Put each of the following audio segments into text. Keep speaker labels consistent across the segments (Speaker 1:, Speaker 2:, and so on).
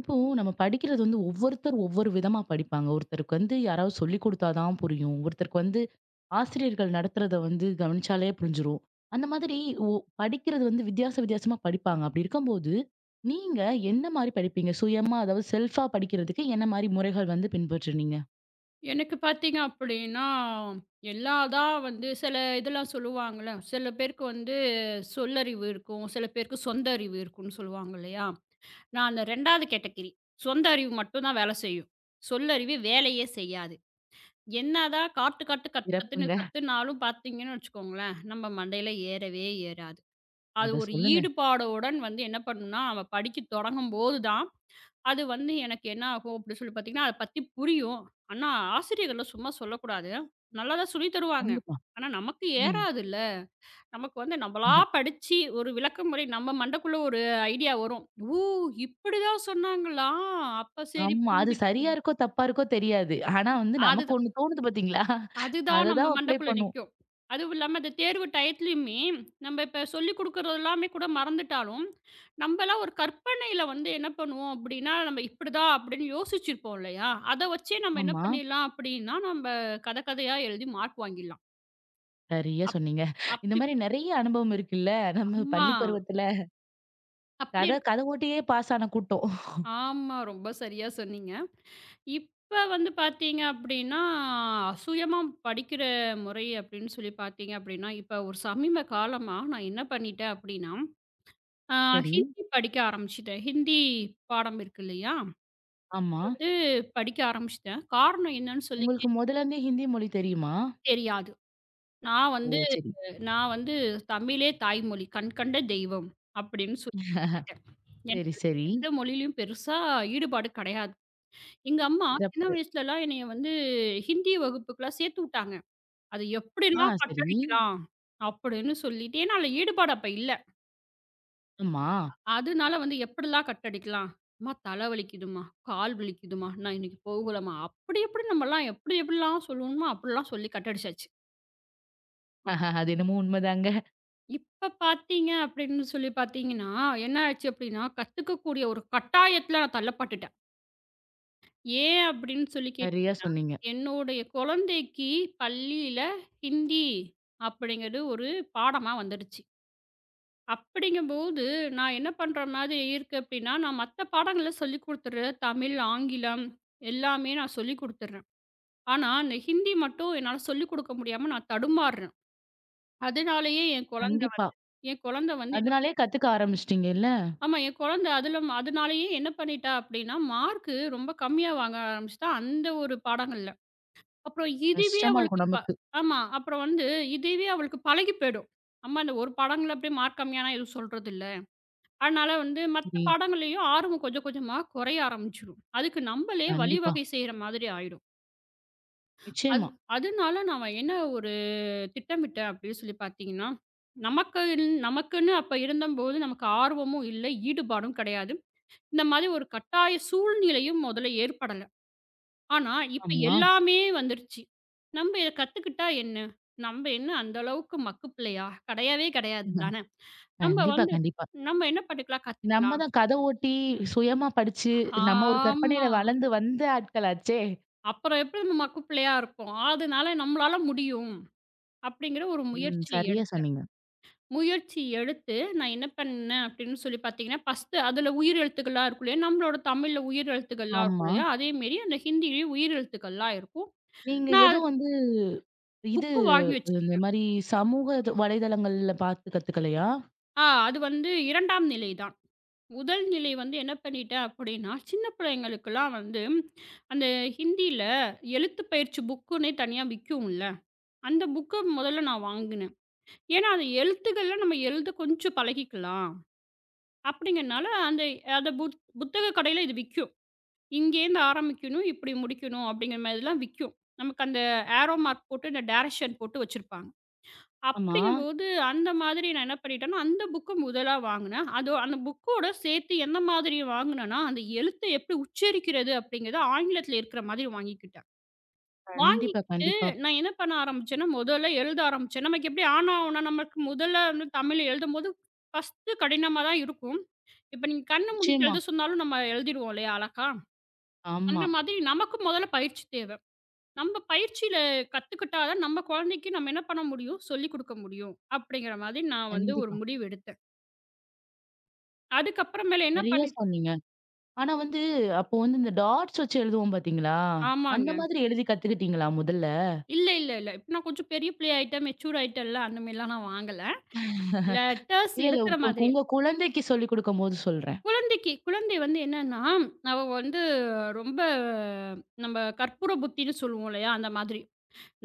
Speaker 1: இப்போ நம்ம படிக்கிறது வந்து ஒவ்வொருத்தர் ஒவ்வொரு விதமா படிப்பாங்க. ஒருத்தருக்கு வந்து யாராவது சொல்லிக் கொடுத்தா தான் புரியும். ஒருத்தருக்கு வந்து ஆசிரியர்கள் நடத்துறத வந்து கவனிச்சாலே புரிஞ்சிரும். அந்த மாதிரி ஒ படிக்கிறது வந்து வித்தியாச வித்தியாசமா படிப்பாங்க. அப்படி இருக்கும்போது, நீங்க என்ன மாரி படிப்பீங்க? சுயமா அதாவது செல்ஃபா படிக்கிறதுக்கு என்ன மாரி முறைகள் வந்து பின்பற்றுனீங்க?
Speaker 2: எனக்கு பார்த்தீங்க அப்படின்னா, எல்லா தான் வந்து சில இதெல்லாம் சொல்லுவாங்கள்ல, சில பேருக்கு வந்து சொல்லறிவு இருக்கும், சில பேருக்கு சொந்த அறிவு இருக்கும்ன்னு சொல்லுவாங்க இல்லையா? நான் அந்த 2வது கேட்டகிரி. சொந்த அறிவு மட்டும் தான் வேலை செய்யும். சொல்லறிவு வேலையே செய்யாது. என்னதான் காட்டு காட்டு கத்து கத்துன்னு
Speaker 1: சிறப்புங்க.
Speaker 2: கத்துனாலும் பார்த்தீங்கன்னு வச்சுக்கோங்களேன், நம்ம மண்டையில ஏறவே ஏறாது. அது
Speaker 1: அத
Speaker 2: ஒரு
Speaker 1: சொல்லுங்க.
Speaker 2: ஈடுபாடுடன் வந்து என்ன பண்ணும்னா, அவன் படிக்க தொடங்கும்போது தான் அது வந்து எனக்கு என்ன ஆகும் அப்படின்னு சொல்லி பார்த்தீங்கன்னா, அத பத்தி புரியும். ஆனா ஆசிரியர்கள்லாம் சும்மா சொல்லக்கூடாது. நல்லா தான் சொல்லி தருவாங்க.
Speaker 1: கண்டிப்பா.
Speaker 2: ஆனா நமக்கு
Speaker 1: ம்.
Speaker 2: ஏறாதுல்ல. நமக்கு வந்து நம்மளா படிச்சு ஒரு விளக்கமுறை நம்ம மண்டைக்குள்ள ஒரு ஐடியா வரும். "ஓ! இப்படிதான் சொன்னாங்களா? அப்ப சரி
Speaker 1: ஆமா. அது
Speaker 2: புரிஞ்சிடுச்சு."
Speaker 1: சரியா இருக்கோ, தப்பா இருக்கோ தெரியாது. ஆனா வந்து
Speaker 2: அது
Speaker 1: நமக்கு ஒண்ணு தோணுது பார்த்தீங்களா? அத
Speaker 2: அதுதான் நம்ம
Speaker 1: தான் அப்ளை
Speaker 2: மண்டைக்குள்ள
Speaker 1: பண்ணுவோம்.
Speaker 2: நிக்கும். அதுவும் இல்லாம அந்த தேர்வு டயத்துலயுமே, நம்ம இப்ப சொல்லிக் குடுக்குறது எல்லாமே கூட மறந்துட்டாலும், நம்பலாம் ஒரு கற்பனையில வந்து என்ன பண்ணுவோம் அப்படின்னா, நம்ம இப்படிதான் அப்படின்னு யோசிச்சிருப்போம் இல்லையா? அத வச்சே நம்ம என்ன
Speaker 1: ஆமா.
Speaker 2: பண்ணிடலாம் அப்படின்னா, நம்ம கதை கதையா எழுதி மார்க் வாங்கிடலாம்.
Speaker 1: சரியா சொன்னீங்க. இந்த
Speaker 2: அப்படி
Speaker 1: மாரி நெறைய அனுபவம் இருக்குல்ல. நம்ம
Speaker 2: ஆமா.
Speaker 1: பள்ளி பருவத்துல
Speaker 2: அப்படி
Speaker 1: கத
Speaker 2: இருக்கு.
Speaker 1: கத ஓட்டியே பாஸ் ஆன கூட்டம்.
Speaker 2: ஆமா. ரொம்ப சரியா சொன்னீங்க. இப்ப வந்து பாத்தீங்க அப்படின்னா, சுயமா படிக்கிற முறை அப்படின்னு சொல்லி பாத்தீங்க அப்படின்னா, இப்ப ஒரு சமீப காலமா நான் என்ன பண்ணிட்டேன் அப்படின்னா ஆ
Speaker 1: சரி.
Speaker 2: ஹிந்தி படிக்க ஆரம்பிச்சுட்டேன். ஹிந்தி பாடம் இருக்கு இல்லையா?
Speaker 1: ஆமா.
Speaker 2: வந்து படிக்க ஆரம்பிச்சுட்டேன். காரணம் என்னன்னு சொல்லி
Speaker 1: உங்களுக்கு மொதல்ல இருந்தே ஹிந்தி மொழி தெரியுமா?
Speaker 2: தெரியாது. நான்
Speaker 1: ஓ!
Speaker 2: வந்து
Speaker 1: சரி.
Speaker 2: நான் வந்து தமிழே தாய்மொழி, கண் கண்ட தெய்வம் அப்படின்னு சொல்லிட்டேன். எனக்கு
Speaker 1: சரி,
Speaker 2: வேற
Speaker 1: சரி.
Speaker 2: எந்த மொழியிலயும் பெருசா ஈடுபாடு கிடையாது. எங்க அம்மா சின்ன
Speaker 1: சிறப்பு.
Speaker 2: வயசுலலாம் என்னைய வந்து ஹிந்தி வகுப்புக்குலாம் சேர்த்து விட்டாங்க. அது
Speaker 1: ஆ
Speaker 2: எப்படிலாம்
Speaker 1: சரி.
Speaker 2: கட்டடிக்கலாம் அப்படின்னு சொல்லிட்டு ஏன்னா அதில ஈடுபாடு அப்ப இல்ல.
Speaker 1: ஆமா.
Speaker 2: அதனால வந்து எப்படிலாம் கட் அடிக்கலாம்? "அம்மா தலை வலிக்குதும்மா, கால் வலிக்குதும்மா, நான் இன்னைக்கு போகலம்மா." அப்படி எப்படி நம்மலாம் எப்படி எப்படிலாம் சொல்லுவோமோ, அப்படிலாம் சொல்லி கட் அடிச்சாச்சு.
Speaker 1: ஆஹா, அது என்னமோ உண்மதாங்க.
Speaker 2: இப்ப பார்த்தீங்க அப்படின்னு சொல்லி பார்த்தீங்கன்னா, என்ன ஆச்சு அப்படின்னா, கத்துக்கக்கூடிய ஒரு கட்டாயத்துல நான் தள்ளப்பட்டுட்டேன். ஏன் அப்படின்னு சொல்லி கேட்டீங்க
Speaker 1: சரியா சொன்னீங்க.
Speaker 2: என்னுடைய குழந்தைக்கு பள்ளியில ஹிந்தி அப்படிங்கிறது ஒரு பாடமா வந்துடுச்சு. அப்படிங்கும்போது, நான் என்ன பண்ற மாதிரி இருக்கு அப்டின்னா, நான் மத்த பாடங்கள சொல்லிக் குடுத்துடுறேன். தமிழ், ஆங்கிலம் எல்லாமே நான் சொல்லிக் குடுத்துடுறேன். ஆனா, இந்த ஹிந்தி மட்டும் என்னால சொல்லிக் குடுக்க முடியாம நான் தடுமாறுறேன். அதனாலேயே என் குழந்தை
Speaker 1: கண்டிப்பா.
Speaker 2: வந்து என் குழந்தை வந்து என்ன
Speaker 1: அதனாலயே கத்துக்க ஆரம்பிச்சுட்டீங்கல்ல.
Speaker 2: ஆமா என் குழந்தை அதில அதனாலேயே என்ன பண்ணிட்டா அப்டின்னா, மார்க்கு ரொம்ப கம்மியா வாங்க ஆரம்பிச்சுட்டா அந்த ஒரு பாடங்கள்ல. அப்புறம் இதுவே
Speaker 1: கஷ்டமா
Speaker 2: அவளுக்கு
Speaker 1: இருக்கும்
Speaker 2: ப
Speaker 1: நமக்கு.
Speaker 2: ஆமா. அப்புறம் வந்து இதுவே அவளுக்கு பழகி போயிடும். அம்மா இந்த ஒரு பாடங்கள்ல அப்டியே மார்க் கம்மியானா எதுவும் சொல்றதில்ல. அதனால வந்து மத்த
Speaker 1: சரி.
Speaker 2: பாடங்கள்லயும் ஆர்வம் கொஞ்சம் கொஞ்சமா குறைய ஆரம்பிச்சுரும். அதுக்கு நம்மளே
Speaker 1: கண்டிப்பா.
Speaker 2: வழிவகை செய்ற மாதிரி ஆயிடும். அது
Speaker 1: நிச்சயமா.
Speaker 2: அதனால நான் என்ன ஒரு திட்டமிட்டேன் அப்படின்னு சொல்லி பார்த்தீங்கன்னா, நமக்கு இல்- நமக்குன்னு அப்ப இருந்தம்போது நமக்கு ஆர்வமும் இல்ல, ஈடுபாடும் கிடையாது. இந்த மாதிரி ஒரு கட்டாய சூழ்நிலையும் முதல்ல ஏற்படல. ஆனா இப்ப
Speaker 1: ஆமா.
Speaker 2: எல்லாமே வந்துருச்சு. நம்ம இத கத்துக்கிட்டா என்ன? நம்ம என்ன அந்த அளவுக்கு மக்கு பிள்ளையா? கிடையவே கிடையாது தானே! நம்ம
Speaker 1: கண்டிப்பா,
Speaker 2: வந்து
Speaker 1: கண்டிப்பா.
Speaker 2: நம்ம என்ன பண்ணிக்கலாம்?
Speaker 1: நம்ம
Speaker 2: கத்துக்கலாம்.
Speaker 1: தான் கத ஓட்டி, சுயமா படிச்சு, நம்ம ஒரு
Speaker 2: ஆமா.
Speaker 1: கற்பனையில வளர்ந்து வந்த ஆட்களாச்சே!
Speaker 2: அப்புறம் எப்படி நமக்கு பிள்ளையா இருக்கும். அதனால நம்மளால முடியும் அப்படிங்கிற ஒரு
Speaker 1: ம்.
Speaker 2: முயற்சி
Speaker 1: சரியா
Speaker 2: எடுத்தேன்.
Speaker 1: சொன்னீங்க.
Speaker 2: முயற்சி எடுத்து நான் என்ன பண்ணேன் அப்படின்னு சொல்லி பார்த்தீங்கன்னா, ஃபர்ஸ்ட்டு அதில உயிர் எழுத்துக்கள்லாம் இருக்கும் இல்லையா? நம்மளோட தமிழ்ல உயிர் எழுத்துக்கள்லாம் இருக்கும்
Speaker 1: ஆமா.
Speaker 2: இல்லையா? அதேமாரி அந்த ஹிந்தியிலேயும் உயிர் எழுத்துக்கள்லாம் இருக்கும்.
Speaker 1: நீங்க
Speaker 2: நான் அது
Speaker 1: எதுவும் வந்து இது
Speaker 2: புக்கு வாங்கி
Speaker 1: இந்த
Speaker 2: வச்சுக்கிட்டேன்.
Speaker 1: மாரி சமூக இது வலைதளங்கள்ல பார்த்து கத்துக்கலையா?
Speaker 2: அது வந்து 2ஆம் நிலை தான். முதல் நிலை வந்து என்ன பண்ணிட்டேன் அப்படின்னா, சின்ன பிள்ளைங்களுக்கெல்லாம் வந்து அந்த ஹிந்தியில எழுத்து பயிற்சி புக்குன்னே தனியா விக்கும்ல. அந்த புக்க முதல்ல நான் வாங்கினேன். ஏன்னா, அந்த எழுத்துக்கள்ல நம்ம எழுத கொஞ்சம் பழகிக்கலாம். அப்படிங்கிறனால, அந்த அந்த புத் புத்தக கடையில இது விக்கும். இங்கேருந்து ஆரம்பிக்கணும், இப்படி முடிக்கணும் அப்படிங்கிற மாதிரிலாம் விக்கும். நமக்கு அந்த ஏரோ மார்க் போட்டு, இந்த டைரக்ஷன் போட்டு வச்சிருப்பாங்க.
Speaker 1: ஆமா.
Speaker 2: அப்படிங்கும்போது, அந்த மாதிரி நான் என்ன பண்ணிட்டேன்னா, அந்த புக்க முதலா வாங்குனேன். அதோ அந்த புக்கோட சேர்த்து எந்த மாதிரி வாங்குனேன்னா, அந்த எழுத்த எப்படி உச்சரிக்கிறது அப்படிங்கிறத ஆங்கிலத்தில இருக்கிற மாதிரி வாங்கிக்கிட்டேன்.
Speaker 1: கண்டிப்பா,
Speaker 2: வாங்கிக்கிட்டு
Speaker 1: கண்டிப்பா.
Speaker 2: நான் என்ன பண்ண ஆரம்பிச்சேன்னா, முதல்ல எழுத ஆரம்பிச்சேன். நமக்கு எப்படி ஆனா, ஊனா நமக்கு முதல்ல வந்து தமிழ் எழுதும்போது ஃபர்ஸ்ட்டு கடினமா தான் இருக்கும். இப்ப நீங்க கண்ண மூடிட்டு
Speaker 1: நிச்சயமா.
Speaker 2: எழுத சொன்னாலும் நம்ம எழுதிருவோம் இல்லையா அழகா? அந்த
Speaker 1: ஆமா.
Speaker 2: மாதிரி நமக்கு முதல்ல பயிற்சி தேவை. நம்ம பயிற்சியில கத்துக்கிட்டா தான் நம்ம குழந்தைக்கு நம்ம என்ன பண்ண முடியும்? சொல்லிக் குடுக்க முடியும். அப்படிங்கிற மாதிரி நான் வந்து ஒரு
Speaker 1: கண்டிப்பா.
Speaker 2: முடிவு எடுத்தேன். அதுக்கப்புறமேல என்ன
Speaker 1: சரியா
Speaker 2: பண்ணி
Speaker 1: சொன்னீங்க. ஆனா வந்து அப்போ வந்து இந்த டாட்ஸ் வச்சு எழுதுவோம் பார்த்தீங்களா? அந்த
Speaker 2: ஆமாங்க.
Speaker 1: மாதிரி எழுதி கத்துக்கிட்டீங்களா முதல்ல?
Speaker 2: இல்ல. இப்ப நான் கொஞ்சம் பெரிய பிள்ளை ஆயிட்டேன், மெச்சூர் ஆயிட்டேன்ல அந்த மாரிலாம் நான் வாங்கல. லெட்டர்ஸ்
Speaker 1: இல்ல, இல்ல
Speaker 2: இருக்கிற
Speaker 1: உங்க
Speaker 2: மாதிரி
Speaker 1: உங்க குழந்தைக்கு சொல்லிக் குடுக்கும்போது சொல்றேன்.
Speaker 2: குழந்தைக்கு குழந்தை வந்து என்னன்னா, அவ வந்து ரொம்ப நம்ம கற்பூர புத்தின்னு சொல்லுவோம் இல்லையா? அந்த மாதிரி.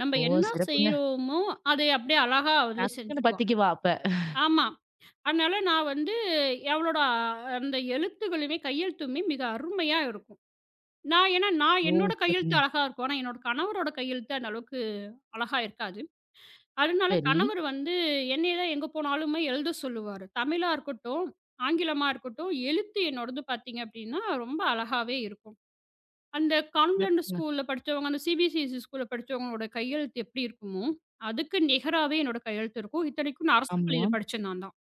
Speaker 2: நம்ம
Speaker 1: ஓ!
Speaker 2: என்ன
Speaker 1: சிறப்புங்க.
Speaker 2: செய்றோமோ, அதை அப்படியே அழகா அவளே
Speaker 1: டக்குன்னு
Speaker 2: செஞ்சுடுவா.
Speaker 1: பத்திக்குவா அப்ப.
Speaker 2: ஆமா. அதனால நான் வந்து அவளோட அந்த எழுத்துகளுமே, கையெழுத்துமே மிக அருமையா இருக்கும். நான் ஏன்னா நான்
Speaker 1: ஓ!
Speaker 2: என்னோட கையெழுத்து
Speaker 1: சிறப்புங்க.
Speaker 2: அழகா இருக்கும். ஆனா என்னோட கணவரோட கையெழுத்து அந்த அளவுக்கு அழகா இருக்காது. அதனால
Speaker 1: சரி.
Speaker 2: கணவர் வந்து என்னைய தான் எங்க போனாலுமே எழுத சொல்லுவாரு. தமிழா இருக்கட்டும், ஆங்கிலமா இருக்கட்டும், எழுத்து என்னோடது பார்த்தீங்க அப்படின்னா, ரொம்ப அழகாவே இருக்கும். அந்த கான்வென்ட்
Speaker 1: சிறப்புங்க.
Speaker 2: ஸ்கூல்ல படிச்சவங்க, அந்த சிபிசிஎஸ்சி ஸ்கூல்ல படிச்சவங்களோட கையெழுத்து எப்படி இருக்குமோ, அதுக்கு நிகராவே என்னோட கையெழுத்து இருக்கும். இத்தனைக்கும் நான் அரசு
Speaker 1: ஆமா.
Speaker 2: பள்ளியில படிச்சேன் நான் தான்.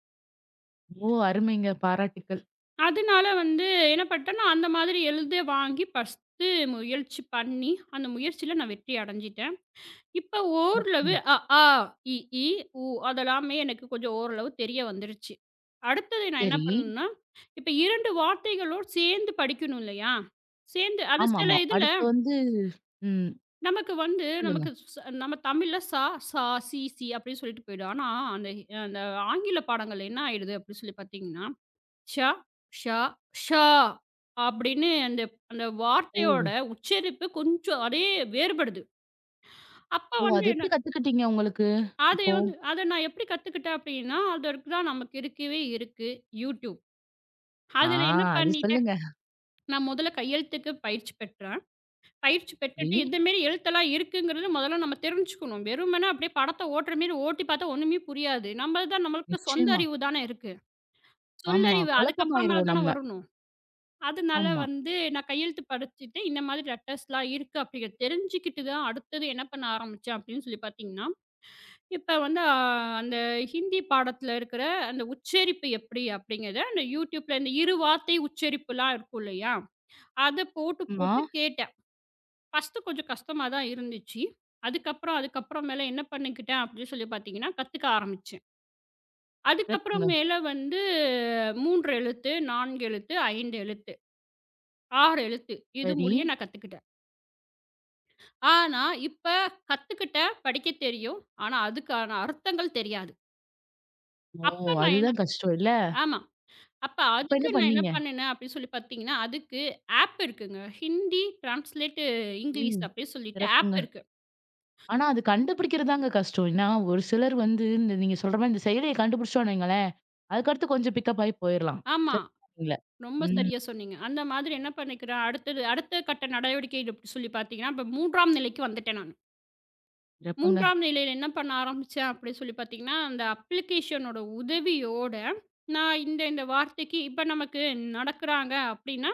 Speaker 1: ஓ! அருமைங்க. பாராட்டுக்கள்.
Speaker 2: அதனால வந்து என்ன பண்ணிட்டேன், நான் அந்த மாதிரி எழுத வாங்கி ஃபர்ஸ்ட்டு முயற்சி பண்ணி, அந்த முயற்சியில நான் வெற்றி அடைஞ்சிட்டேன். இப்ப ஓரளவு
Speaker 1: சிறப்புங்க.
Speaker 2: அ, ஆ, இ, ஈ, உ அதெல்லாமே எனக்கு கொஞ்சம் ஓரளவு தெரிய வந்துருச்சு. அடுத்தது நான் என்ன
Speaker 1: சரி.
Speaker 2: பண்ணணும்னா, இப்ப 2 வார்த்தைகளோட சேர்ந்து படிக்கணும் இல்லையா? சேர்ந்து அது சில
Speaker 1: ஆமாமா.
Speaker 2: இதுல
Speaker 1: அடுத்து வந்து ம்.
Speaker 2: நமக்கு வந்து
Speaker 1: சொல்லுங்க.
Speaker 2: நமக்கு ஸ் நம்ம தமிழ்ல சா, சி, சி அப்படின்னு சொல்லிட்டு போயிடும். ஆனா அந்த அந்த ஆங்கில பாடங்கள் என்ன ஆயிடுது அப்படின்னு சொல்லி பார்த்தீங்கன்னா, ஷ, ஷ, ஷா அப்படின்னு அந்த அந்த
Speaker 1: ஓ!
Speaker 2: வார்த்தையோட உச்சரிப்பு கொஞ்சம் அதே வேறுபடுது. அப்ப
Speaker 1: ஓ!
Speaker 2: வந்து
Speaker 1: அது
Speaker 2: என்ன
Speaker 1: எப்படி கத்துக்கிட்டீங்க உங்களுக்கு?
Speaker 2: அது
Speaker 1: அப்போ?
Speaker 2: வந்து அத நான் எப்படி கத்துக்கிட்டேன் அப்படின்னா, அதற்கு தான் நமக்கு இருக்கவே இருக்கு யூடியூப்.
Speaker 1: ஆ,
Speaker 2: அதுல என்ன
Speaker 1: அது
Speaker 2: பண்ணிட்டேன்,
Speaker 1: சொல்லுங்க.
Speaker 2: நான் முதல்ல கையெழுத்துக்கு பயிற்சி பெற்றேன். பயிற்சி
Speaker 1: சரி.
Speaker 2: பெற்றுட்டு இந்த மாரி எழுத்தெல்லாம் இருக்குங்கிறது முதல்ல நம்ம தெரிஞ்சுக்கணும். வெறுமனே அப்படியே படத்த ஓட்டுற மாரி ஓட்டி பார்த்தா ஒண்ணுமே புரியாது. நம்மது தான் நம்மளுக்கு சொந்த
Speaker 1: நிச்சயமா.
Speaker 2: அறிவு தானே இருக்கு.
Speaker 1: ஆமா.
Speaker 2: சொல்லறிவு அதுக்கப்புறமேல
Speaker 1: குழப்பமாயிருவோம்
Speaker 2: தானே
Speaker 1: நம்ம.
Speaker 2: வரணும். அதனால
Speaker 1: ஆமா.
Speaker 2: வந்து நான் கையெழுத்து படிச்சுட்டு இந்த மாதிரி லெட்டர்ஸ்லாம் இருக்கு அப்படிங்கிறத தெரிஞ்சுக்கிட்டு தான் அடுத்தது என்ன பண்ண ஆரம்பிச்சேன் அப்படின்னு சொல்லி பார்த்தீங்கன்னா இப்ப வந்து அ அந்த ஹிந்தி பாடத்துல இருக்கிற அந்த உச்சரிப்பு எப்படி அப்படிங்கிறத, அந்த YouTubeல இந்த இரு வார்த்தை உச்சரிப்புலாம் இருக்கும் இல்லையா? அத போட்டு
Speaker 1: ஆமா.
Speaker 2: போட்டு கேட்டேன். ஃபர்ஸ்ட்டு கொஞ்சம் கஷ்டமா தான் இருந்துச்சு. அதுக்கப்புறம் அதுக்கப்புறம் மேல என்ன பண்ணிக்கிட்டேன் அப்படின்னு சொல்லி பார்த்தீங்கன்னா, கத்துக்க ஆரம்பிச்சேன். அதுக்கப்புறம்
Speaker 1: சிறப்புங்க.
Speaker 2: மேல வந்து 3 எழுத்து, 4 எழுத்து, 5 எழுத்து, 6 எழுத்து இது
Speaker 1: சரி.
Speaker 2: முடிய நான் கத்துக்கிட்டேன். ஆனா, இப்ப கத்துக்கிட்டேன், படிக்க தெரியும். ஆனா, அதுக்கான அர்த்தங்கள் தெரியாது.
Speaker 1: ஓ!
Speaker 2: அப்ப நான் என்ன
Speaker 1: அதுதான் கஷ்டம் இல்ல?
Speaker 2: ஆமா. அப்ப
Speaker 1: அப்ப
Speaker 2: அதுக்கு
Speaker 1: என்ன
Speaker 2: நான் என்ன
Speaker 1: பண்ணீங்க?
Speaker 2: பண்ணுனேன் அப்படின்னு சொல்லி பார்த்தீங்கன்னா, அதுக்கு ஆப் இருக்குங்க. ஹிந்தி ட்ரான்ஸ்லேட்டு இங்கிலீஷ்
Speaker 1: ம்.
Speaker 2: அப்படின்னு சொல்லிட்டு ஆப்
Speaker 1: சிறப்புங்க.
Speaker 2: இருக்கு.
Speaker 1: ஆனா அது கண்டுபிடிக்கிறது தாங்க கஷ்டம். ஏன்னா, ஒரு சிலர் வந்து இந்த நீங்க சொல்ற மாரி இந்த செயலிய கண்டுபிடிச்சிட்டோம்னு வைங்களேன், அதுக்கடுத்து கொஞ்சம் பிக்கப் ஆயி போயிரலாம்.
Speaker 2: ஆமா.
Speaker 1: சரியா சொன்னீங்க.
Speaker 2: ரொம்ப
Speaker 1: ம்.
Speaker 2: சரியா சொன்னீங்க. அந்த மாதிரி என்ன பண்ணிக்கிறேன், அடுத்தது அடுத்த கட்ட நடவடிக்கை எப்படி சொல்லி பார்த்தீங்கன்னா, இப்ப 3ஆம் நிலைக்கு வந்துட்டேன் நான்.
Speaker 1: சிறப்புங்க,
Speaker 2: 3ஆம் நிலையில என்ன பண்ண ஆரம்பிச்சேன் அப்படின்னு சொல்லி பார்த்தீங்கன்னா, அந்த அப்ளிகேஷனோட உதவியோட, நான் இந்த இந்த வார்த்தைக்கு இப்ப நமக்கு நடக்குறாங்க அப்படின்னா,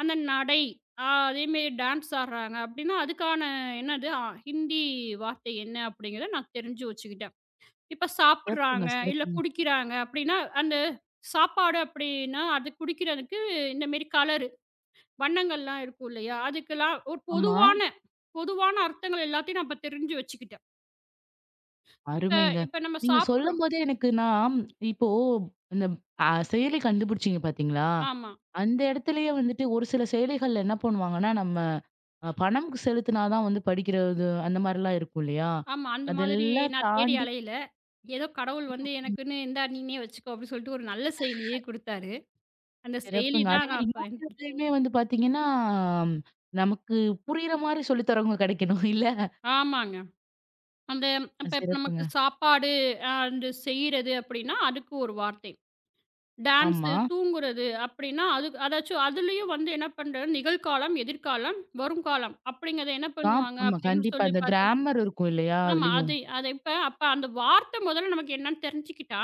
Speaker 2: அந்த நடை, அ அதேமாரி டான்ஸ் ஆடுறாங்க அப்படின்னா, அதுக்கான என்னது அ ஹிந்தி வார்த்தை என்ன அப்படிங்கிறத நான் தெரிஞ்சு வச்சுக்கிட்டேன். இப்ப
Speaker 1: சிறப்புங்க,
Speaker 2: சாப்பிடுறாங்க, இல்ல
Speaker 1: சிறப்புங்க.
Speaker 2: குடிக்கிறாங்க அப்படின்னா, அந்த சாப்பாடு அப்படின்னா, அது குடிக்கிறதுக்கு இந்த மாரி கலரு, வண்ணங்கள்லாம் இருக்கும் இல்லையா? அதுக்கெல்லாம் ஒரு
Speaker 1: ஆமா.
Speaker 2: பொதுவான பொதுவான அர்த்தங்கள் எல்லாத்தையும் நான் இப்ப தெரிஞ்சு வச்சுக்கிட்டேன். இப்ப
Speaker 1: அருமைங்க.
Speaker 2: இப்ப நம்ம
Speaker 1: நீங்க
Speaker 2: சாப்பிடுறோம்.
Speaker 1: சொல்லும்போதே எனக்கு நான் இப்போ இந்த செயலி கண்டுபிடிச்சீங்க பார்த்தீங்களா?
Speaker 2: ஆமா,
Speaker 1: அந்த இடத்துலயே வந்துட்டு ஒரு சில செயலிகள்ல என்ன பண்ணுவாங்கன்னா, நம்ம பணம் செலுத்தினா தான் வந்து படிக்கிறது அந்த மாரிலாம் இருக்கும் இல்லையா?
Speaker 2: ஆமா. அந்த மாதிரி
Speaker 1: அதெல்லாம்
Speaker 2: நான் தேடி
Speaker 1: தாண்டி
Speaker 2: அலையல. ஏதோ கடவுள் வந்து
Speaker 1: ம்
Speaker 2: எனக்குன்னு "இந்தா நீனே வச்சுக்கோ" அப்படின்னு சொல்லிட்டு ஒரு நல்ல செயலியே குடுத்தாரு. அந்த செயலி
Speaker 1: சிறப்புங்க.
Speaker 2: தான்
Speaker 1: அதேமாரி
Speaker 2: நான் பயன்படுத்
Speaker 1: YouTubeலயுமே வந்து பார்த்தீங்கன்னா, நமக்கு புரியிற மாரி சொல்லி தரவங்க கிடைக்கணும் இல்ல?
Speaker 2: ஆமாங்க. அந்த அப்ப இப்ப
Speaker 1: சிறப்புங்க.
Speaker 2: நமக்கு சாப்பாடு அ அந்த செய்றது அப்படின்னா, அதுக்கு ஒரு வார்த்தை. டான்ஸு,
Speaker 1: ஆமா.
Speaker 2: தூங்குறது அப்படின்னா, அதுக்கு அதாச்சும் அதுலயும் வந்து என்ன பண்றது, நிகழ்காலம், எதிர்காலம், வருங்காலம் அப்படிங்கிறத என்ன பண்ணுவாங்க
Speaker 1: ஆமா.
Speaker 2: அப்படின்னு
Speaker 1: கண்டிப்பா.
Speaker 2: சொல்லி
Speaker 1: இந்த
Speaker 2: பாத்
Speaker 1: கிராமர் இருக்கும் இல்லையா?
Speaker 2: ஆமா.
Speaker 1: அதுலயும்.
Speaker 2: அது அது இப்ப அப்ப அந்த வார்த்தை முதல்ல நமக்கு என்னன்னு தெரிஞ்சுக்கிட்டா,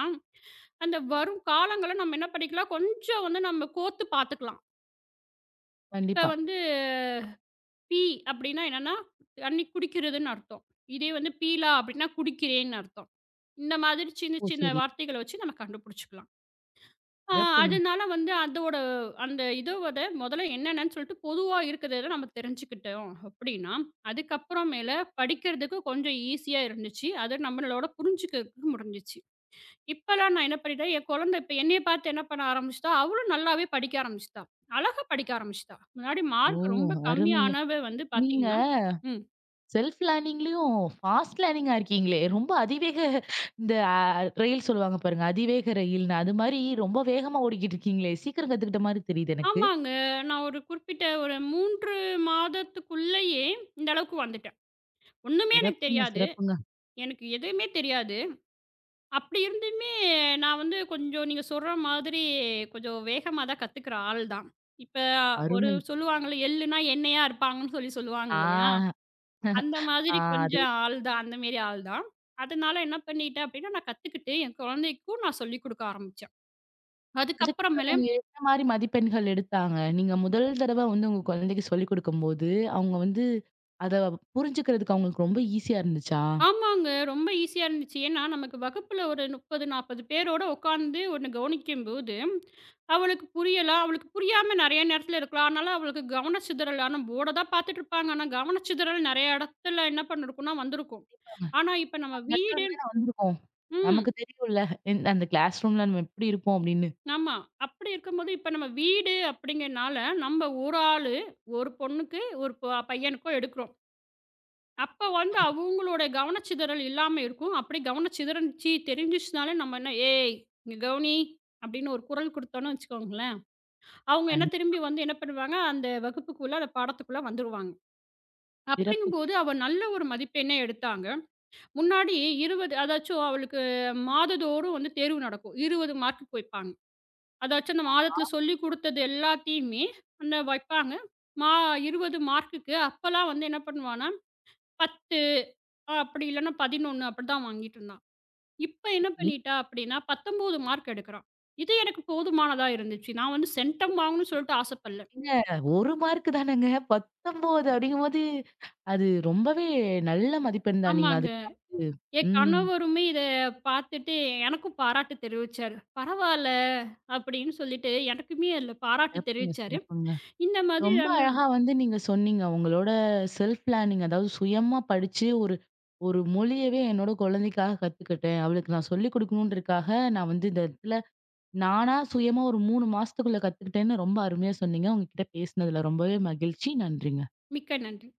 Speaker 2: அந்த வரும் காலங்கள நம்ம என்ன பண்ணிக்கலாம், கொஞ்சம் வந்து நம்ம கோர்த்து பார்த்துக்கலாம். இப்ப
Speaker 1: கண்டிப்பா.
Speaker 2: வந்து பீ அப்டின்னா என்னன்னா, தண்ணி குடிக்கிறதுன்னு அர்த்தம். இதே வந்து பீலா அப்டின்னா குடிக்கிறேன்னு அர்த்தம். இந்த மாதிரி சின்ன
Speaker 1: ஓ!
Speaker 2: சின்ன
Speaker 1: சரி.
Speaker 2: வார்த்தைகள வச்சு நம்ம கண்டுபிடிச்சுக்கலாம். ஆ
Speaker 1: சிறப்புங்க.
Speaker 2: அதனால வந்து அதோட அந்த இதோட முதல்ல என்னென்னன்னு சொல்லிட்டு பொதுவா இருக்கிறத நம்ம தெரிஞ்சுக்கிட்டோம் அப்படின்னா, அதுக்கப்புறமேல படிக்கிறதுக்கு கொஞ்சம் ஈஸியா இருந்துச்சு. அது நம்மளோட புரிஞ்சுக்கிறதுக்கு முடிஞ்சுச்சு. இப்பலாம் நான் என்ன பண்ணிட்டேன், என் குழந்தை இப்ப என்னைய பார்த்து என்ன பண்ண ஆரம்பிச்சுட்டா, அவளும் நல்லாவே படிக்க ஆரம்பிச்சுட்டா. அழகா படிக்க ஆரம்பிச்சுட்டா. முன்னாடி
Speaker 1: ஓ!
Speaker 2: மார்க் ரொம்ப
Speaker 1: அருமைங்க.
Speaker 2: கம்மியானவ வந்து
Speaker 1: நீங்க
Speaker 2: பார்த்தீங்கன்னா ம்.
Speaker 1: செல்ஃப் லேர்னிங்லயும் ஃபாஸ்ட் லேர்னிங்கா இருக்கீங்களே! ரொம்ப அதிவேக இந்த ரயில் சொல்லுவாங்க பாருங்க. அதிவேக ரயில்னு அது மாரி ரொம்ப வேகமா ஓடிக்கிட்டு இருக்கீங்களே! சீக்கிரம் கத்துக்கிட்ட மாரி தெரியுது எனக்கு.
Speaker 2: ஆமாங்க. நான் ஒரு குறிப்பிட்ட ஒரு 3 மாதத்துக்குள்ளயே இந்த அளவுக்கு வந்துட்டேன். ஒண்ணுமே எனக்கு
Speaker 1: சிறப்புங்க,
Speaker 2: தெரியாது.
Speaker 1: சிறப்புங்க.
Speaker 2: எனக்கு எதுவுமே தெரியாது. அப்படி இருந்துமே, நான் வந்து கொஞ்சம் நீங்க சொல்ற மாதிரி கொஞ்சம் வேகமா தான் கத்துக்கிற ஆள் தான். இப்ப ஒரு
Speaker 1: அருமை.
Speaker 2: சொல்லுவாங்கல்ல, எள்ளுன்னா எண்ணெயா இருப்பாங்கன்னு சொல்லி சொல்லுவாங்க இல்லையா?
Speaker 1: ஆ,
Speaker 2: அந்த
Speaker 1: ஆ
Speaker 2: மாதிரி
Speaker 1: அது.
Speaker 2: கொஞ்சம் ஆள் தான். அந்த மாரி ஆள் தான். அதனால என்ன பண்ணிட்டேன் அப்படின்னா, நான் கத்துக்கிட்டு என் குழந்தைக்கும் நான் சொல்லிக் குடுக்க ஆரம்பிச்சேன்.
Speaker 1: இதுக்கப்புறம்
Speaker 2: அதுக்கப்புறமேல
Speaker 1: அவங்க என்ன மாரி மதிப்பெண்கள் எடுத்தாங்க? நீங்க முதல் தடவ வந்து உங்க குழந்தைக்கு சொல்லிக் குடுக்கும்போது, அவங்க வந்து அத புரிஞ்சுக்கிறதுக்கு அவங்களுக்கு ரொம்ப ஈஸியா இருந்துச்சா?
Speaker 2: ஆமாங்க. ரொம்ப ஈஸியா இருந்துச்சு. ஏன்னா, நமக்கு வகுப்புல ஒரு 30, 40 பேரோட உட்காந்து ஒண்ணு கவனிக்கும்போது, அவளுக்கு புரியலாம். அவளுக்கு புரியாம நெறைய நேரத்துல இருக்கலாம். அதனால அவளுக்கு கவனச்சிதறல் ஆனா போர்ட தான் பார்த்துட்டு இருப்பாங்க. ஆனா கவனச்சிதறல் நெறைய இடத்துல என்ன பண்ணிருக்கும்னா வந்திருக்கும். ஆனா இப்ப நம்ம
Speaker 1: அந்த இடத்துல
Speaker 2: வீடு
Speaker 1: இருந்து தான வந்திருக்கோம்.
Speaker 2: ம்.
Speaker 1: நமக்கு தெரியும்ல. என் அந்த கிளாஸ் ரூம்ல நம்ம எப்படி இருப்போம் அப்படின்னு.
Speaker 2: ஆமா. அப்படி இருக்கும்போது இப்ப நம்ம வீடு அப்படிங்கிறனால, நம்ம ஒரு ஆளு, ஒரு பொண்ணுக்கு, ஒரு ப பையனுக்கோ எடுக்கிறோம். அப்ப வந்து அவங்களோட கவனச்சிதறல் இல்லாம இருக்கும். அப்படி கவனச்சிதறல் சி தெரிஞ்சுச்சுனாலே நம்ம என்ன, "ஏய் இங்க கவனி" அப்படின்னு ஒரு குரல் குடுத்தோம்ன்னு வச்சுக்கோங்களேன், அவங்க என்ன
Speaker 1: கண்
Speaker 2: திரும்பி வந்து என்ன பண்ணுவாங்க, அந்த வகுப்புக்குள்ள, அந்த பாடத்துக்குள்ள வந்துருவாங்க.
Speaker 1: சிறப்பு.
Speaker 2: அப்படிங்கும்போது அவ நல்ல ஒரு மதிப்பெண்ணே எடுத்தாங்க. முன்னாடி 20 அதாச்சும் அவளுக்கு மாதந்தோறும் வந்து தேர்வு நடக்கும். 20 மார்க்குக்கு வைப்பாங்க. அதாச்சும் அந்த மாதத்துல சொல்லிக் குடுத்தது எல்லாத்தையுமே அந்த வைப்பாங்க. மா 20 மார்க்குக்கு அப்பலாம் வந்து என்ன பண்ணுவான்னா, 10 ஆ அப்படி இல்லன்னா 11 அப்படிதான் வாங்கிட்டு இருந்தான். இப்ப என்ன
Speaker 1: சரி.
Speaker 2: பண்ணிட்டா அப்படின்னா 19 மார்க் எடுக்குறான். இது எனக்கு போதுமானதா இருந்துச்சு. நான் வந்து சென்டம் வாங்கணும்னு சொல்லிட்டு ஆசைப்படல.
Speaker 1: ஏங்க 1 மார்க்கு தானங்க. 19 அப்படிங்கும்போது, அது ரொம்பவே நல்ல மதிப்பெண் தான். நீங்க
Speaker 2: ஆமாங்க.
Speaker 1: அதுக்கெல்லாம் வந்து
Speaker 2: என்
Speaker 1: ம்.
Speaker 2: கணவருமே இத பார்த்துட்டு எனக்கும் பாராட்டு தெரிவிச்சாரு. பரவால்ல அப்படின்னு சொல்லிட்டு எனக்குமே அதுல பாராட்டு
Speaker 1: சிறப்புங்க,
Speaker 2: தெரிவிச்சாரு.
Speaker 1: சிறப்புங்க.
Speaker 2: இந்த மாதிரி
Speaker 1: ரொம்ப
Speaker 2: நாங்க
Speaker 1: அழகா வந்து நீங்க சொன்னீங்க. உங்களோட செல்ஃப் பிளானிங் அதாவது சுயமா படிச்சு ஒரு ஒரு மொழியவே என்னோட குழந்தைக்காக கத்துக்கிட்டேன். அவளுக்கு நான் சொல்லிக் குடுக்கணுன்றதுக்காக நான் வந்து இந்த இடத்துல நானா சுயமா ஒரு 3 மாசத்துக்குள்ள கத்துக்கிட்டேன்னு ரொம்ப அருமையா சொன்னீங்க. உங்ககிட்ட பேசினதுல ரொம்பவே மகிழ்ச்சி. நன்றிங்க.
Speaker 2: மிக்க நன்றி.